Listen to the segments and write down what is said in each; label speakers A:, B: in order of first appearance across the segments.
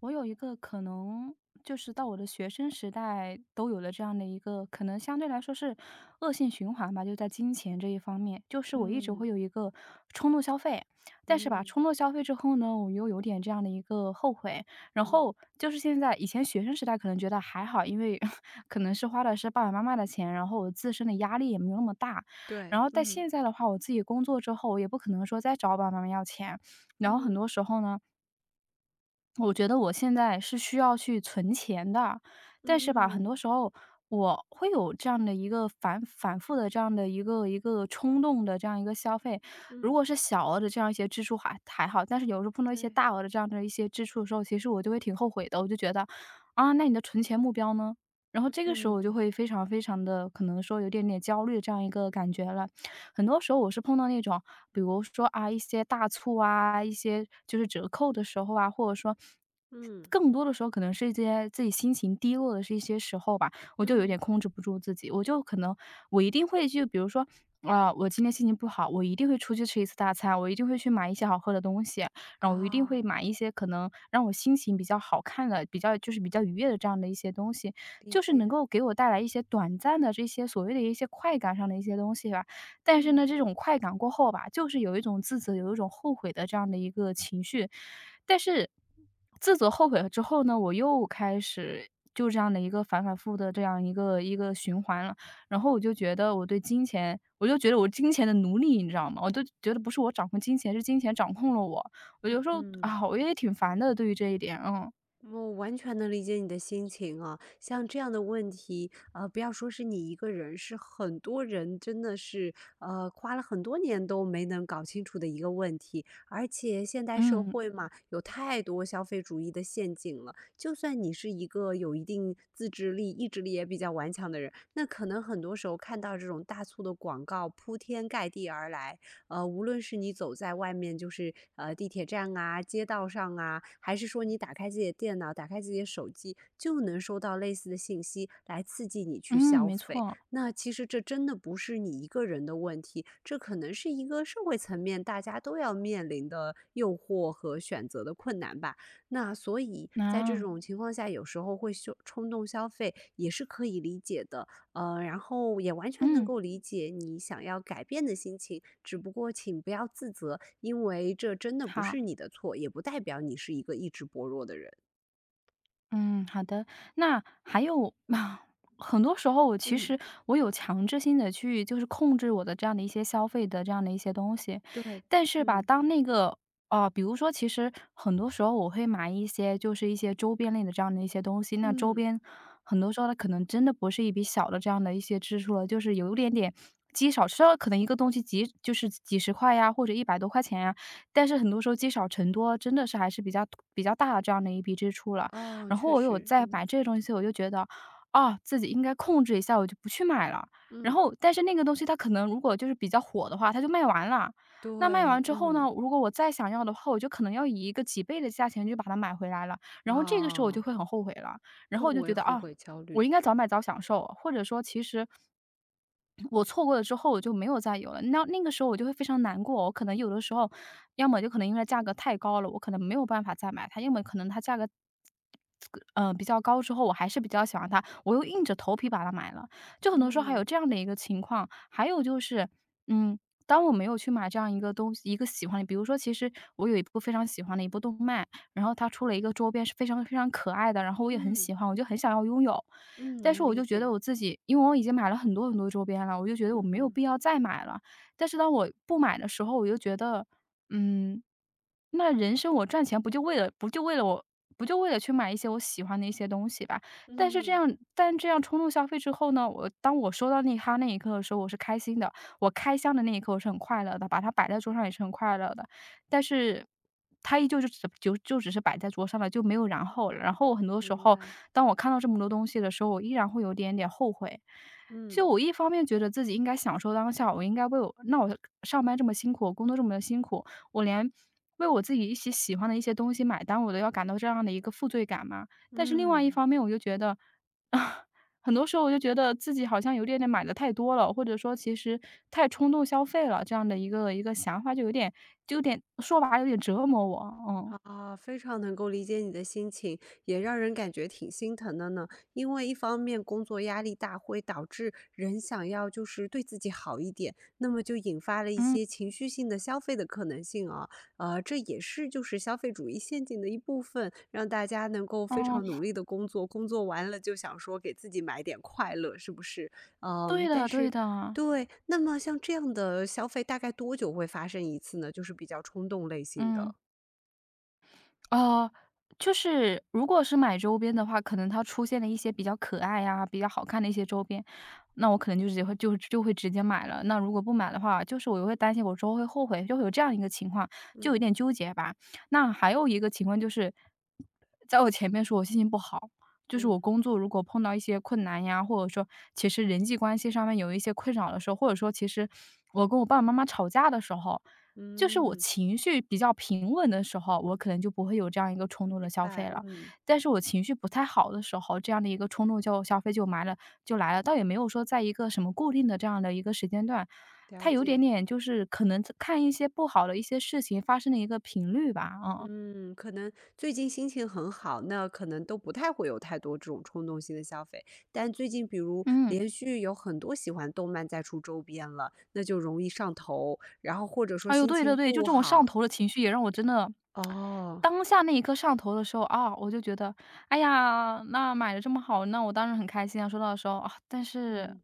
A: 我有一个可能就是到我的学生时代都有了这样的一个可能相对来说是恶性循环吧，就在金钱这一方面，就是我一直
B: 嗯，
A: 会有一个冲动消费。但是吧，
B: 嗯，
A: 冲动消费之后呢，我又有点这样的一个后悔。然
B: 嗯，
A: 后就是现在，以前学生时代可能觉得还好，因为 可能是花的是爸爸妈妈的钱，然后我自身的压力也没有那么大。然
B: 对，
A: 后但
B: 嗯，
A: 现在的话，我自己工作之后，我也不可能说再找我爸爸妈妈要钱，然后很
B: 嗯，
A: 多时候呢。我觉得我现在是需要去存钱的，但是吧，很多
B: 嗯哼，
A: 时候我会有这样的一个反反复的这样的一个冲动的这样一个消费。如
B: 嗯，
A: 果是小额的这样一些支出还好，但是有时候碰到一些
B: 对。
A: 大额的这样的一些支出的时候，其实我就会挺后悔的。我就觉得，啊，那你的存钱目标呢？然后这个时候我就
B: 嗯，
A: 会非常非常的可能说有点点焦虑这样一个感觉了。很多时候我是碰到那种比如说啊，一些大促啊，一些就是折扣的时候啊，或者说
B: 嗯，
A: 更多的时候可能是一些自己心情低落的是一些时候吧，我就有点
B: 嗯。
A: 控制不住自己，我就可能我一定会就比如说。啊、我今天心情不好，我一定会出去吃一次大餐，我一定会去买一些好喝的东西，然后我一定会
B: 啊，
A: 买一些可能让我心情比较好看的、比较就是比较愉悦的这样的一些东西，
B: 理
A: 就是能
B: 解，
A: 够给我带来一些短暂的这些所谓的一些快感上的一些东西吧。但是
B: 嗯。
A: 呢，这种快感过后吧，就是有一种自责，有一种后悔的这样的一个情绪。但是自责后悔了之后呢，我又开始就这样的一个反反复复的这样一个循环了。然后我就觉得我对金钱，我就觉得我金钱的奴隶，你知道吗？我就觉得不是我掌控金钱，是金钱掌控了我。我有时候
B: 嗯。
A: 啊，我也挺烦的，对于这一点。嗯
B: 我完全能理解你的心情啊，像这样的问题，不要说是你一个人，是很多人真的是，花了很多年都没能搞清楚的一个问题。而且现代社
A: 嗯
B: 会嘛，有太多消费主义的陷阱了。就算你是一个有一定自制力、意志力也比较顽强的人，那可能很多时候看到这种大促的广告铺天盖地而来，无论是你走在外面，就是地铁站啊、街道上啊，还是说你打开自己的电脑、打开自己的手机，就能收到类似的信息来刺激你去
A: 嗯，
B: 消
A: 没
B: 费。
A: 错，
B: 那其实这真的不是你一个人的问题，这可能是一个社会层面大家都要面临的诱惑和选择的困难吧。那所以在这
A: 啊，
B: 种情况下，有时候会冲动消费也是可以理解的。然后也完全能
A: 嗯，
B: 够理解你想要改变的心情，只不过请不要自责，因为这真的不
A: 好。
B: 是你的错，也不代表你是一个意志薄弱的人。
A: 嗯，好的。那还有 很多时候我其
B: 嗯，
A: 实我有强制性的去就是控制我的这样的一些消费的这样的一些东西，
B: 对，
A: 但是吧，
B: 嗯
A: 当那个哦比如说其实很多时候我会买一些就是一些周边类的这样的一些东西。那周
B: 嗯，
A: 边很多时候它可能真的不是一笔小的这样的一些支出了，就是有一点点积少虽然可能一个东西几就是几十块呀，或者一百多块钱呀，但是很多时候积少成多，真的是还是比较大的这样的一笔支出了。
B: 哦，
A: 然后
B: 确
A: 我有
B: 实，
A: 在买
B: 嗯
A: 这个东西，我就觉得，啊，自己应该控制一下，我就不去买了。然
B: 嗯，
A: 后但是那个东西它可能如果就是比较火的话，它就卖完了。那卖完
B: 对，
A: 之后呢，
B: 嗯
A: 如果我再想要的话，我就可能要以一个几倍的价钱就把它买回来了，然后这个时候我就
B: 啊，
A: 会很后悔了。然后
B: 更
A: 我就觉
B: 为
A: 得，
B: 后
A: 啊，
B: 悔焦
A: 我
B: 虑，
A: 应该早买早享受，或者说其实我错过了之后我就没有再有了，那那个时候我就会非常难过。我可能有的时候，要么就可能因为价格太高了，我可能没有办法再买它，要么可能它价格比较高之后，我还是比较喜欢它，我又硬着头皮把它买了。就很多时候还有
B: 嗯
A: 这样的一个情况。还有就是，嗯，当我没有去买这样一个东西一个喜欢的比如说其实我有一部非常喜欢的一部动漫，然后它出了一个周边是非常非常可爱的，然后我也很
B: 嗯
A: 喜欢，我就很想要拥有。
B: 嗯，
A: 但是
B: 能
A: 我
B: 理
A: 就觉得
B: 解，
A: 我自己，因为我已经买了很多很多周边了，我就觉得
B: 嗯
A: 我没有
B: 哼，
A: 必要再买了。但是当我不买的时候，我就觉得，嗯，那人生我赚钱不就为了我不就为了去买一些我喜欢的一些东西吧。但是这
B: 嗯，
A: 样这样冲动消费之后呢，我当我收到那它那一刻的时候，我是开心的，我开箱的那一刻我是很快乐的，把它摆在桌上也是很快乐的。但是它依旧是只就只是摆在桌上了，就没有然后了。然后我很多时
B: 明
A: 候，
B: 白，
A: 当我看到这么多东西的时候，我依然会有点点后悔。就
B: 嗯
A: 我一方面觉得自己应该享受当下，我应该为我那我上班这么辛苦，我工作这么的辛苦，我连为我自己一些喜欢的一些东西买单，我都要感到这样的一个负罪感嘛。但是另外一
B: 嗯。
A: 方面，我就觉得，啊，很多时候我就觉得自己好像有点点买的太多了，或者说其实太冲动消费了，这样的一个想法就有点就有点说白了有点折磨我，嗯。
B: 啊，非常能够理解你的心情，也让人感觉挺心疼的呢。因为一方面工作压力大，会导致人想要就是对自己好一点，那么就引发了一
A: 嗯，
B: 些情绪性的消费的可能性啊。这也是就是消费主义陷阱的一部分，让大家能够非
A: 嗯，
B: 常努力的工作，工作完了就想说给自己买点快乐，是不是？嗯，
A: 对的
B: 但
A: 对
B: 是。
A: 的，
B: 对，那么像这样的消费大概多久会发生一次呢？就是比较冲动类型
A: 嗯。
B: 的。
A: 呃，就是如果是买周边的话，可能它出现了一些比较可爱呀、比较好看的一些周边，那我可能就会直接买了。那如果不买的话，就是我又会担心我之后会后悔，就会有这样一个情况，就
B: 嗯。
A: 有点纠结吧。那还有一个情况就是，在我前面说我心情不好，就是我
B: 嗯，
A: 工作如果碰到一些困难呀，或者说其实人际关系上面有一些困扰的时候，或者说其实我跟我爸爸妈妈吵架的时候。就是我
B: 嗯，
A: 情绪比较平稳的时候，我可能就不会有这样一个冲
B: 明
A: 动的消费
B: 白，
A: 了。
B: 嗯，
A: 但是我情绪不太好的时候，这样的一个冲动消费就来了，倒也没有说在一个什么固定的这样的一个时间段，它
B: 了
A: 有点
B: 解。
A: 点就是可能看一些不好的一些事情发生的一个频率吧，嗯。
B: 嗯，可能最近心情很好，那可能都不太会有太多这种冲动性的消费。但最近比如
A: 嗯。
B: 连续有很多喜欢动漫在出周边了，那就容易上头，然后或者说
A: 哎呦，
B: 心
A: 对对
B: 情
A: 对，就
B: 不
A: 这种上
B: 好。
A: 头的情绪也让我真的
B: 哦，
A: 当下那一刻上头的时候啊，我就觉得，哎呀，那买的这么好，那我当然很开心啊，收到的时候啊，但是
B: 嗯，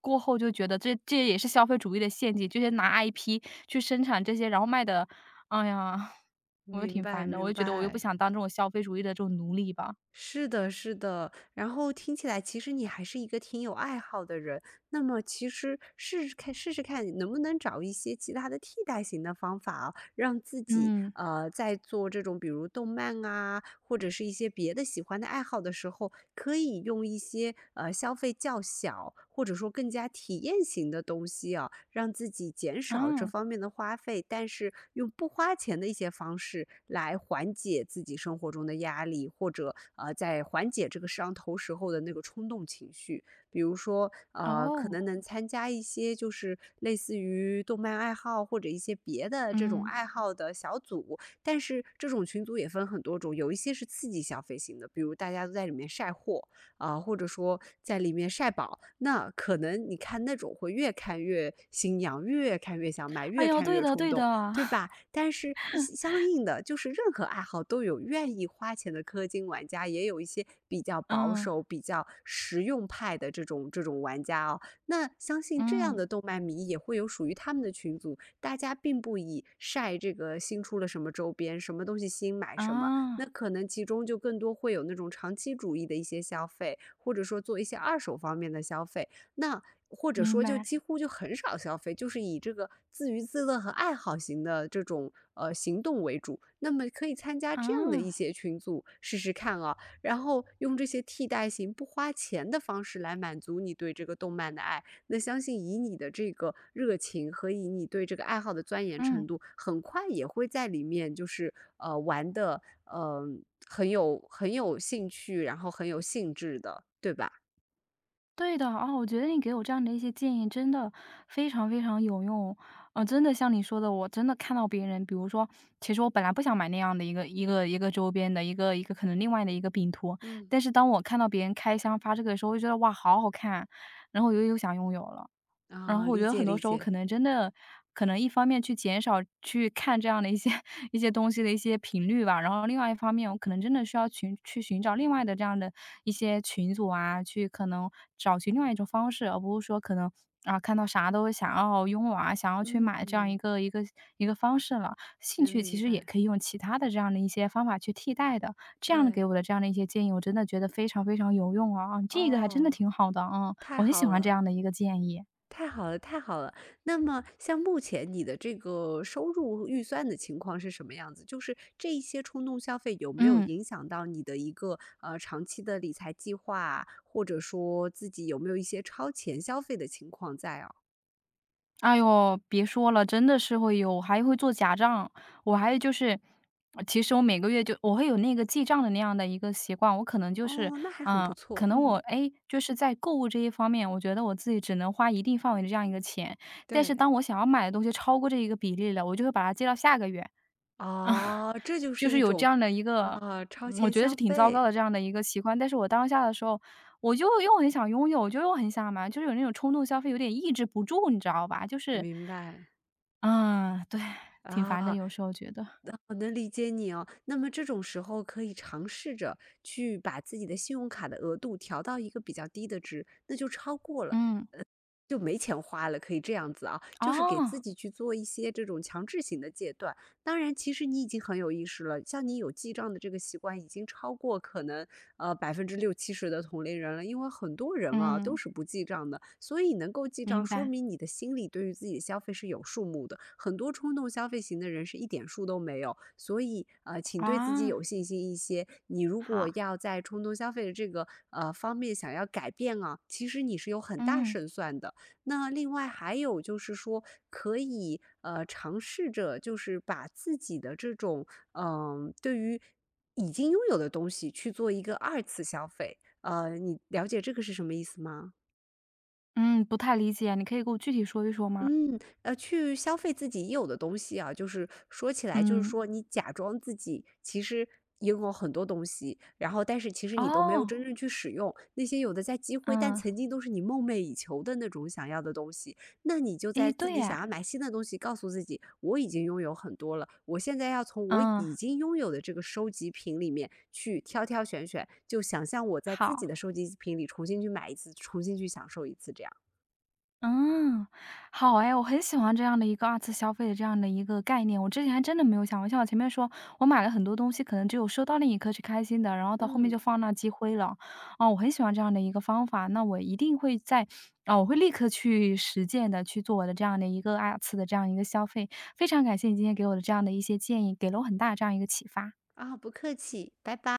A: 过后就觉得这也是消费主义的陷阱，这些拿 IP 去生产这些，然后卖的，哎呀，我就
B: 明
A: 挺
B: 白
A: 烦的，我
B: 明
A: 就觉得我又不
B: 白。
A: 想当这种消费主义的这种奴隶吧。
B: 是的，是的。然后听起来，其实你还是一个挺有爱好的人。那么，其实试试看，试试看能不能找一些其他的替代型的方法啊让自己
A: 嗯，
B: 在做这种比如动漫啊，或者是一些别的喜欢的爱好的时候，可以用一些消费较小或者说更加体验型的东西啊，让自己减少这
A: 嗯
B: 方面的花费，但是用不花钱的一些方式来缓解自己生活中的压力，或者在缓解这个上头时候的那个冲动情绪。比如说，可
A: 哦，
B: 能能参加一些就是类似于动漫爱好或者一些别的这种
A: 嗯，
B: 爱好的小组，但是这种群组也分很多种，有一些是刺激消费型的，比如大家都在里面晒货啊、或者说在里面晒宝，那可能你看那种会越看越心痒，越看越想买，
A: 哎
B: 越
A: 呦，
B: 看
A: 对
B: 越
A: 的
B: 冲
A: 对
B: 动。
A: 的，
B: 对吧？但是一相应的，就是任何爱好都有愿意花钱的氪金玩家，也有一些比较 保
A: 嗯
B: 守、比较实用派的这种这种玩家哦。那相信这样
A: 嗯，
B: 的动漫迷也会有属于他们的群组，大家并不以晒这个新出了什么周边、什么东西新买什么，
A: 啊，
B: 那可能其中就更多会有那种长期主义的一些消费，或者说做一些二手方面的消费。那或者
A: 明
B: 说就
A: 白，
B: 几乎就很少消费，就是以这个自娱自乐和爱好型的这种行动为主。那么可以参加
A: 啊，
B: 这样的一些群组试试看啊，然后用这些替代型不花钱的方式来满足你对这个动漫的爱。那相信以你的这个热情和以你对这个爱好的钻研
A: 嗯。
B: 程度，很快也会在里面就是玩的很有很有兴趣，然后很有兴致的，对吧？
A: 对的，啊，我觉得你给我这样的一些建议真的非常非常有用。真的像你说的，我真的看到别人，比如说，其实我本来不想买那样的一个周边的一个可能另外的一个饼图，
B: 嗯。
A: 但是当我看到别人开箱发这个的时候，我就觉得哇，好好看啊，然后我又想拥有了。然
B: 啊，
A: 后我觉
B: 理
A: 得很
B: 解
A: 多
B: 理
A: 时候
B: 解，
A: 可能真的可能一方面去减少去看这样的一些 一些东西的一些频率吧，然后另外一方面，我可能真的需要去寻找另外的这样的一些群组啊，去可能找寻另外一种方式，而不是说可能啊，看到啥都想要拥有啊，想要去买这样一
B: 嗯，
A: 个一个一个方式了。兴
B: 能
A: 趣其
B: 明
A: 实也
B: 白，
A: 可以用其他的这样的一些方法去替代的，这样的给
B: 对，
A: 我的这样的一些建议，我真的觉得非常非常有用啊，啊，这个还真的
B: 哦，
A: 挺好的啊，
B: 太
A: 我很
B: 好
A: 喜欢这
B: 了，
A: 样的一个建议。
B: 太好了，太好了。那么像目前你的这个收入预算的情况是什么样子？就是这一些冲动消费有没有
A: 嗯，
B: 影响到你的一个长期的理财计划啊或者说自己有没有一些超前消费的情况在哦？
A: 哎哟，别说了，真的是会有，我还会做假账。我还就是，其实我每个月就我会有那个记账的那样的一个习惯，我可能就是，
B: 哦，那还很不
A: 嗯，可
B: 错，
A: 能我
B: 嗯，
A: 哎，就是在购物这一方面，我觉得我自己只能花一定范围的这样一个钱，但是
B: 对，
A: 当我想要买的东西超过这一个比例了，我就会把它记到下个月，
B: 哦，这就
A: 就
B: 是
A: 是
B: 一
A: 有这
B: 种
A: 样的一个，
B: 啊，超
A: 嗯我
B: 前
A: 觉得是
B: 消
A: 挺糟糕
B: 费，
A: 的这样的一个习惯。但是我当下的时候，我就又很想拥有，我就又很想买，就是有那种冲动消费，有点抑制不住，你知道吧？就是。
B: 明白。
A: 嗯，对，挺烦的，
B: 啊，
A: 有时候觉得。
B: 我能理解你哦。那么这种时候可以尝试着去把自己的信用卡的额度调到一个比较低的值，那就超过了。
A: 嗯，
B: 就没钱花了，可以这样子啊，就是给
A: 哦，
B: 自己去做一些这种强制型的戒断。当然，其实你已经很有意识了，像你有记账的这个习惯，已经超过可能60%-70%的同龄人了。因为很多人啊都
A: 嗯，
B: 是不记账的，所以能够记账，
A: 明
B: 说
A: 白，
B: 明你的心里对于自己的消费是有数目的。很多冲动消费型的人是一点数都没有，所以请对自己
A: 啊，
B: 有信心一些。你如果
A: 好，
B: 要在冲动消费的这个方面想要改变啊，其实你是有很大
A: 嗯，
B: 胜算的。那另外还有就是说，可以尝试着就是把自己的这种嗯、对于已经拥有的东西去做一个二次消费。你了解这个是什么意思吗？
A: 嗯，不太理解，你可以给我具体说一说吗？
B: 嗯，去消费自己已有的东西啊，就是说起来，就是
A: 嗯，
B: 说你假装自己其实拥有很多东西，然后但是其实你都没有
A: 哦，
B: 真正去使用，那些有的在积灰，但
A: 嗯，
B: 曾经都是你梦寐以求的那种想要的东西，那你就
A: 诶，
B: 在自
A: 对
B: 己
A: 呀，
B: 想要买新的东西，告诉自己我已经拥有很多了，我现在要从我
A: 嗯，
B: 已经拥有的这个收集品里面去挑挑选选，就想象我在自
A: 好。
B: 己的收集品里重新去买一次，重新去享受一次，这样，
A: 嗯，好哎，我很喜欢这样的一个二次消费的这样的一个概念，我之前还真的没有想过。像我前面说，我买了很多东西，可能只有收到那一刻是开心的，然后到后面
B: 嗯。
A: 就放那积灰了。啊，我很喜欢这样的一个方法，那我一定会在啊，我会立刻去实践的，去做我的这样的一个二次的这样一个消费。非常感谢你今天给我的这样的一些建议，给了我很大这样一个启发。
B: 啊，不客气，拜拜。